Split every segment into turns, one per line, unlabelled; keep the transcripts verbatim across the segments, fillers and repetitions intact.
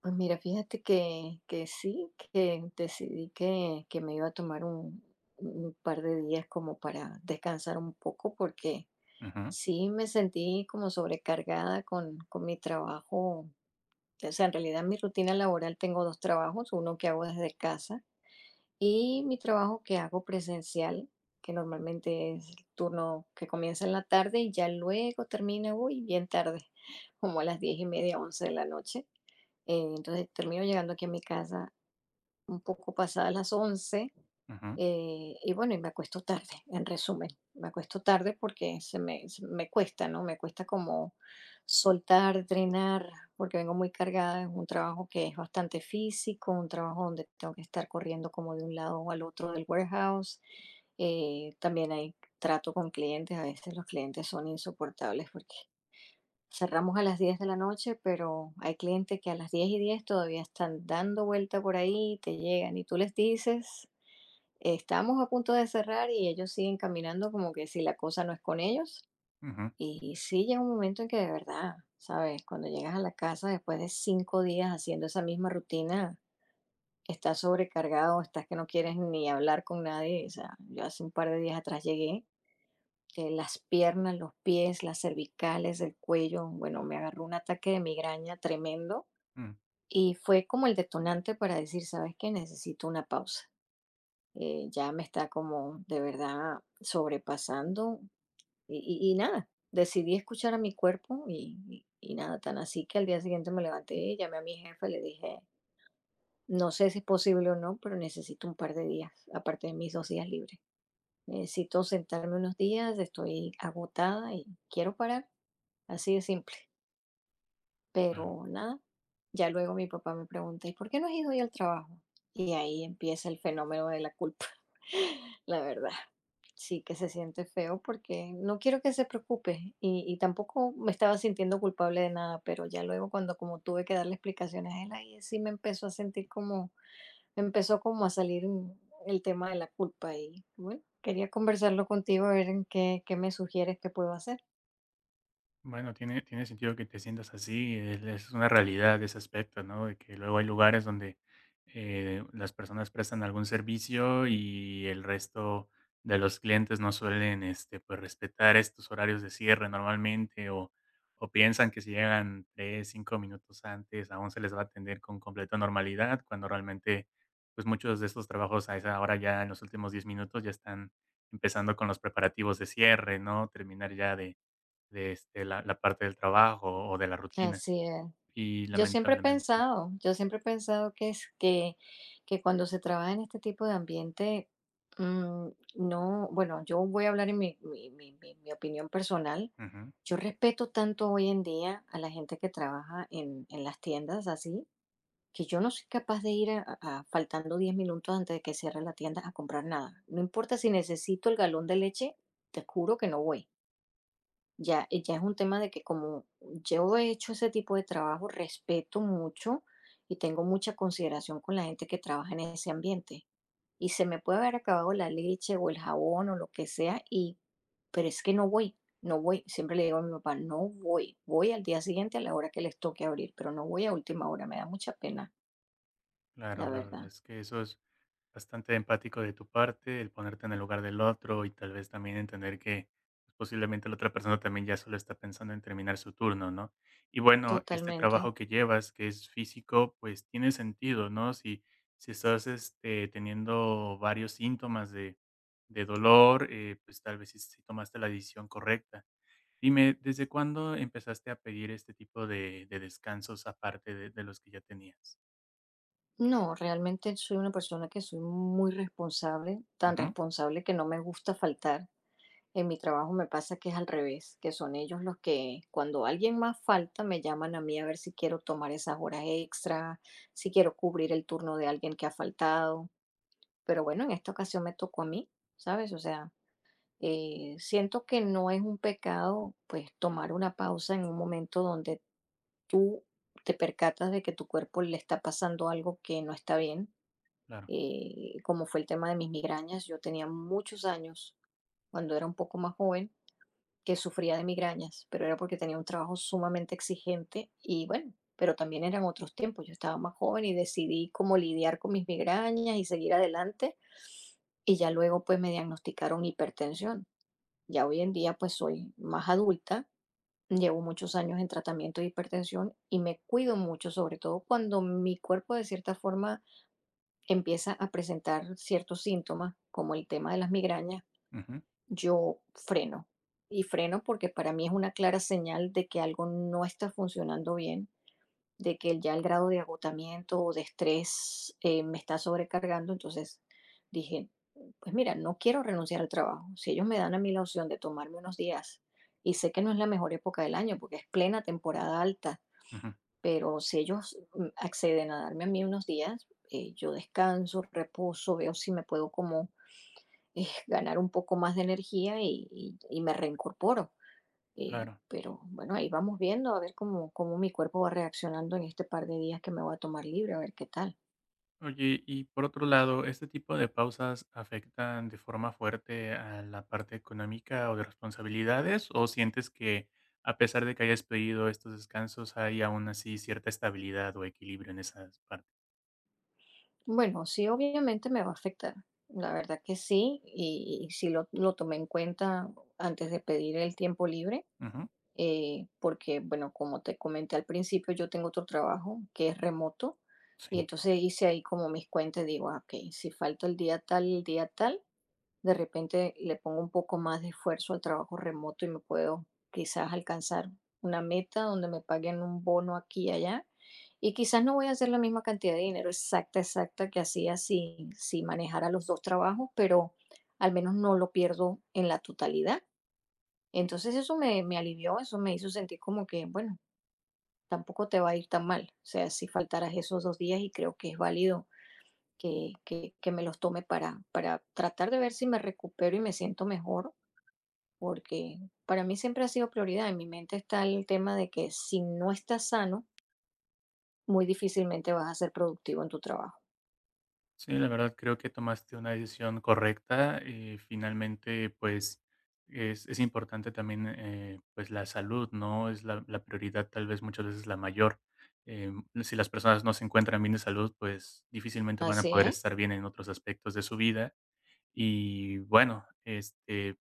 Pues mira, fíjate que, que sí, que decidí que, que me iba a tomar un, un par de días como para descansar un poco, porque
Ujú,
sí me sentí como sobrecargada con, con mi trabajo. O sea, en realidad mi rutina laboral tengo dos trabajos, uno que hago desde casa y mi trabajo que hago presencial, que normalmente es el turno que comienza en la tarde y ya luego termina, uy, bien tarde, como a las diez y media, once de la noche. Eh, entonces termino llegando aquí a mi casa un poco pasadas las once,
ujú,
eh, y bueno, y me acuesto tarde, en resumen, me acuesto tarde porque se me, se me cuesta, ¿no? Me cuesta como soltar, drenar, porque vengo muy cargada, es un trabajo que es bastante físico, un trabajo donde tengo que estar corriendo como de un lado al otro del warehouse. Eh, también hay trato con clientes, a veces los clientes son insoportables porque cerramos a las diez de la noche, pero hay clientes que a las diez y diez todavía están dando vuelta por ahí, te llegan y tú les dices, estamos a punto de cerrar y ellos siguen caminando como que si la cosa no es con ellos.
ujú,
Y sí llega un momento en que de verdad, ¿sabes? Cuando llegas a la casa después de cinco días haciendo esa misma rutina, estás sobrecargado, estás que no quieres ni hablar con nadie. O sea, yo hace un par de días atrás llegué, eh, las piernas, los pies, las cervicales, el cuello. Bueno, me agarró un ataque de migraña tremendo
mm,
y fue como el detonante para decir, ¿sabes qué? Necesito una pausa. Eh, ya me está como de verdad sobrepasando y, y- y nada, decidí escuchar a mi cuerpo y, y- y nada, tan así que al día siguiente me levanté, llamé a mi jefe, le dije, no sé si es posible o no, pero necesito un par de días, aparte de mis dos días libres. Necesito sentarme unos días, estoy agotada y quiero parar. Así de simple.
claro.
Pero nada, ya luego mi papá me pregunta, ¿y por qué no has ido hoy al trabajo? Y ahí empieza el fenómeno de la culpa, la verdad. Sí que se siente feo porque no quiero que se preocupe y, y tampoco me estaba sintiendo culpable de nada, pero ya luego cuando como tuve que darle explicaciones a él, ahí sí me empezó a sentir como, me empezó como a salir un- el tema de la culpa y bueno, quería conversarlo contigo, a ver en qué, qué me sugieres que puedo hacer.
Bueno, tiene, tiene sentido que te sientas así, es, es una realidad ese aspecto, ¿no? De que luego hay lugares donde eh, las personas prestan algún servicio y el resto de los clientes no suelen este, pues, respetar estos horarios de cierre normalmente o, o piensan que si llegan tres, cinco minutos antes aún se les va a atender con completa normalidad, cuando realmente pues muchos de estos trabajos a esa hora ya en los últimos diez minutos ya están empezando con los preparativos de cierre, ¿no? Terminar ya de de, este, la la parte del trabajo o de la rutina.
Así es.
Y
Yo siempre he
lamentablemente
pensado, yo siempre he pensado que es que, que cuando se trabaja en este tipo de ambiente, mm, no, bueno, yo voy a hablar en mi, mi, mi- mi- mi opinión personal.
ujú,
Yo respeto tanto hoy en día a la gente que trabaja en, en las tiendas así, que yo no soy capaz de ir a, a- faltando diez minutos antes de que cierre la tienda a comprar nada. No importa si necesito el galón de leche, te juro que no voy. Ya, eh, ya es un tema de que como yo he hecho ese tipo de trabajo, respeto mucho y tengo mucha consideración con la gente que trabaja en ese ambiente. Y se me puede haber acabado la leche o el jabón o lo que sea, y, pero es que no voy, no voy. Siempre le digo a mi papá, no voy, voy al día siguiente a la hora que les toque abrir, pero no voy a última hora, me da mucha pena, la
claro, la verdad
verdad,
es que eso es bastante empático de tu parte, el ponerte en el lugar del otro y tal vez también entender que pues, posiblemente la otra persona también ya solo está pensando en terminar su turno, ¿no? Y bueno, este
totalmente.
trabajo que llevas, que es físico, pues tiene sentido, ¿no? Si si estás, este, teniendo varios síntomas de de dolor, eh, pues tal vez si sí tomaste la decisión correcta. Dime, ¿desde cuándo empezaste a pedir este tipo de de descansos aparte de de los que ya tenías?
No, realmente soy una persona que soy muy responsable, tan
Ujú,
responsable que no me gusta faltar. En mi trabajo me pasa que es al revés, que son ellos los que cuando alguien más falta me llaman a mí a ver si quiero tomar esas horas extra, si quiero cubrir el turno de alguien que ha faltado. Pero bueno, en esta ocasión me tocó a mí, ¿sabes? O sea, eh, siento que no es un pecado pues tomar una pausa en un momento donde tú te percatas de que tu cuerpo le está pasando algo que no está bien,
claro.
eh, como fue el tema de mis migrañas. Yo tenía muchos años cuando era un poco más joven que sufría de migrañas, pero era porque tenía un trabajo sumamente exigente y bueno, pero también eran otros tiempos. Yo estaba más joven y decidí cómo lidiar con mis migrañas y seguir adelante y ya luego pues me diagnosticaron hipertensión. Ya hoy en día pues soy más adulta, llevo muchos años en tratamiento de hipertensión y me cuido mucho, sobre todo cuando mi cuerpo de cierta forma empieza a presentar ciertos síntomas, como el tema de las migrañas,
Ujú,
yo freno. Y freno porque para mí es una clara señal de que algo no está funcionando bien, de que el- ya el grado de agotamiento o de estrés, eh, me está sobrecargando. Entonces dije, pues mira, no quiero renunciar al trabajo. Si ellos me dan a mí la opción de tomarme unos días, y sé que no es la mejor época del año porque es plena temporada alta,
ujú,
pero si ellos mm, acceden a darme a mí unos días, eh, yo descanso, reposo, veo si me puedo como eh, ganar un poco más de energía y, y- y me reincorporo. Eh,
claro.
pero bueno, ahí vamos viendo a ver cómo, cómo mi cuerpo va reaccionando en este par de días que me voy a tomar libre, a ver qué tal.
Oye, y por otro lado, ¿este tipo de pausas afectan de forma fuerte a la parte económica o de responsabilidades? ¿O sientes que a pesar de que hayas pedido estos descansos, hay aún así cierta estabilidad o equilibrio en esas partes?
Bueno, sí, obviamente me va a afectar. La verdad que sí, y, y sí lo, lo tomé en cuenta antes de pedir el tiempo libre,
Ujú,
eh, porque bueno, como te comenté al principio, yo tengo otro trabajo que es remoto, y
sí.
entonces hice ahí como mis cuentas, digo, ah, ok, si falta el día tal, el día tal, de repente le pongo un poco más de esfuerzo al trabajo remoto y me puedo quizás alcanzar una meta donde me paguen un bono aquí y allá. Y quizás no voy a hacer la misma cantidad de dinero exacta, exacta que hacía si, si manejara los dos trabajos, pero al menos no lo pierdo en la totalidad. Entonces eso me, me alivió, eso me hizo sentir como que, bueno, tampoco te va a ir tan mal. O sea, si faltaras esos dos días y creo que es válido que, que, que me los tome para, para tratar de ver si me recupero y me siento mejor porque para mí siempre ha sido prioridad. En mi mente está el tema de que si no estás sano, muy difícilmente vas a ser productivo en tu trabajo.
Sí, la verdad creo que tomaste una decisión correcta. Eh, finalmente, pues es, es importante también eh, pues la salud, ¿no? Es la, la prioridad tal vez muchas veces la mayor. Eh, si las personas no se encuentran bien de salud, pues difícilmente van a
Así
poder
es.
estar bien en otros aspectos de su vida. Y bueno, este,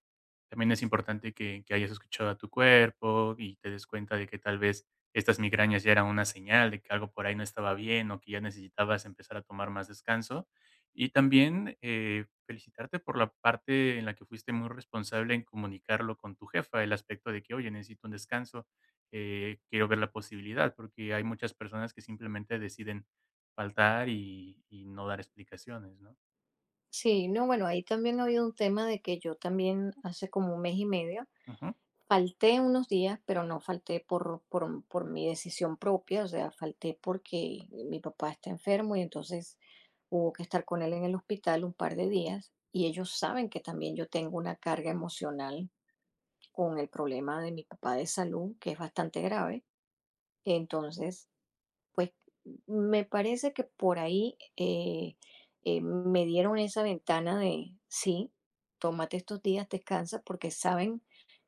también es importante que que hayas escuchado a tu cuerpo y te des cuenta de que tal vez estas migrañas ya eran una señal de que algo por ahí no estaba bien o que ya necesitabas empezar a tomar más descanso. Y también, eh, felicitarte por la parte en la que fuiste muy responsable en comunicarlo con tu jefa, el aspecto de que: "Oye, necesito un descanso, eh, quiero ver la posibilidad", porque hay muchas personas que simplemente deciden faltar y y no dar explicaciones, ¿no?
Sí, no, bueno, ahí también ha habido un tema de que yo también hace como un mes y medio
Ujú.
falté unos días, pero no falté por, por, por mi decisión propia, o sea, falté porque mi papá está enfermo y entonces hubo que estar con él en el hospital un par de días y ellos saben que también yo tengo una carga emocional con el problema de mi papá de salud, que es bastante grave. Entonces, pues, me parece que por ahí, eh, eh, me dieron esa ventana de sí, tómate estos días, descansa, porque saben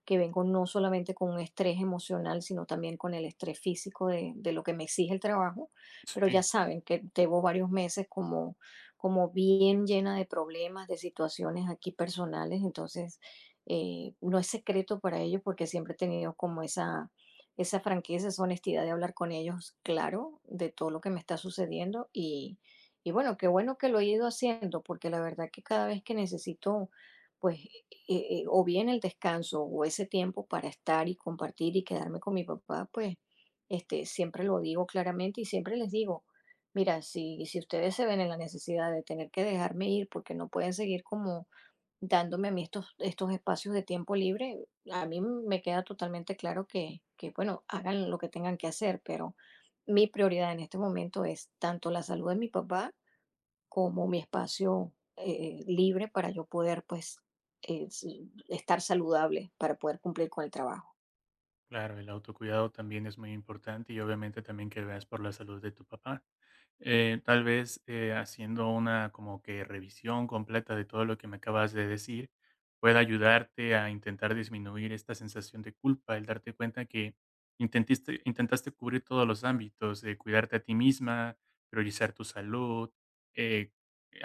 que vengo no solamente con un estrés emocional, sino también con el estrés físico de, de lo que me exige el trabajo, pero ya
Sí.
saben que llevo varios meses como, como, bien llena de problemas, de situaciones aquí personales, entonces eh, no es secreto para ellos porque siempre he tenido como esa, esa franqueza, esa honestidad de hablar con ellos, claro, de todo lo que me está sucediendo y, y bueno, qué bueno que lo he ido haciendo, porque la verdad que cada vez que necesito, pues, eh, eh, o bien el descanso o ese tiempo para estar y compartir y quedarme con mi papá, pues, este, siempre lo digo claramente y siempre les digo, mira, si, si ustedes se ven en la necesidad de tener que dejarme ir porque no pueden seguir como dándome a mí estos, estos espacios de tiempo libre, a mí me queda totalmente claro que que, bueno, hagan lo que tengan que hacer, pero mi prioridad en este momento es tanto la salud de mi papá como mi espacio, eh, eh, libre para yo poder, pues, es estar saludable para poder cumplir con el trabajo.
Claro, el autocuidado también es muy importante y obviamente también que veas por la salud de tu papá. Eh, tal vez eh, haciendo una como que revisión completa de todo lo que me acabas de decir pueda ayudarte a intentar disminuir esta sensación de culpa, el darte cuenta que intentiste, intentaste cubrir todos los ámbitos, de cuidarte a ti misma, priorizar tu salud, eh,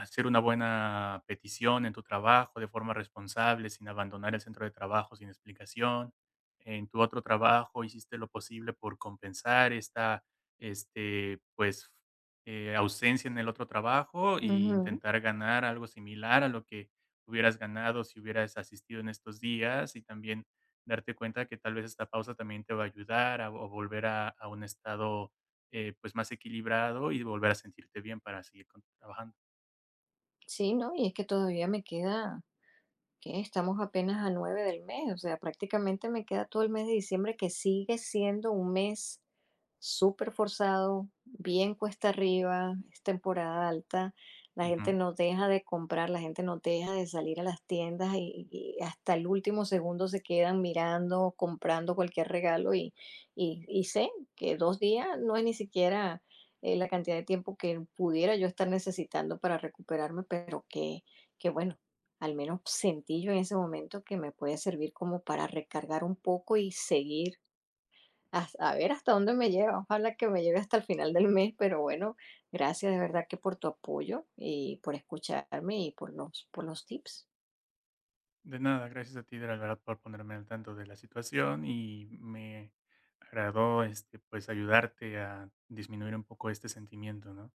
hacer una buena petición en tu trabajo de forma responsable, sin abandonar el centro de trabajo sin explicación en tu otro trabajo hiciste lo posible por compensar esta, este, pues, eh, ausencia en el otro trabajo y
Ujú.
intentar ganar algo similar a lo que hubieras ganado si hubieras asistido en estos días y también darte cuenta que tal vez esta pausa también te va a ayudar a, o volver a, a un estado eh, pues más equilibrado y volver a sentirte bien para seguir con- trabajando.
Sí, no, y es que todavía me queda, que estamos apenas a nueve del mes, o sea, prácticamente me queda todo el mes de diciembre, que sigue siendo un mes súper forzado, bien cuesta arriba, es temporada alta, la gente
Ujú.
no deja de comprar, la gente no deja de salir a las tiendas y, y hasta el último segundo se quedan mirando, comprando cualquier regalo y, y, y sé que dos días no es ni siquiera eh, la cantidad de tiempo que pudiera yo estar necesitando para recuperarme, pero que, que bueno. Al menos sentí yo en ese momento que me puede servir como para recargar un poco y seguir As- a ver hasta dónde me lleva. Ojalá que me lleve hasta el final del mes, pero bueno, gracias de verdad que por tu apoyo y por escucharme y por los, por los tips.
De nada, gracias a ti, de la verdad, por ponerme al tanto de la situación y me agradó, este, pues, ayudarte a disminuir un poco este sentimiento, ¿no?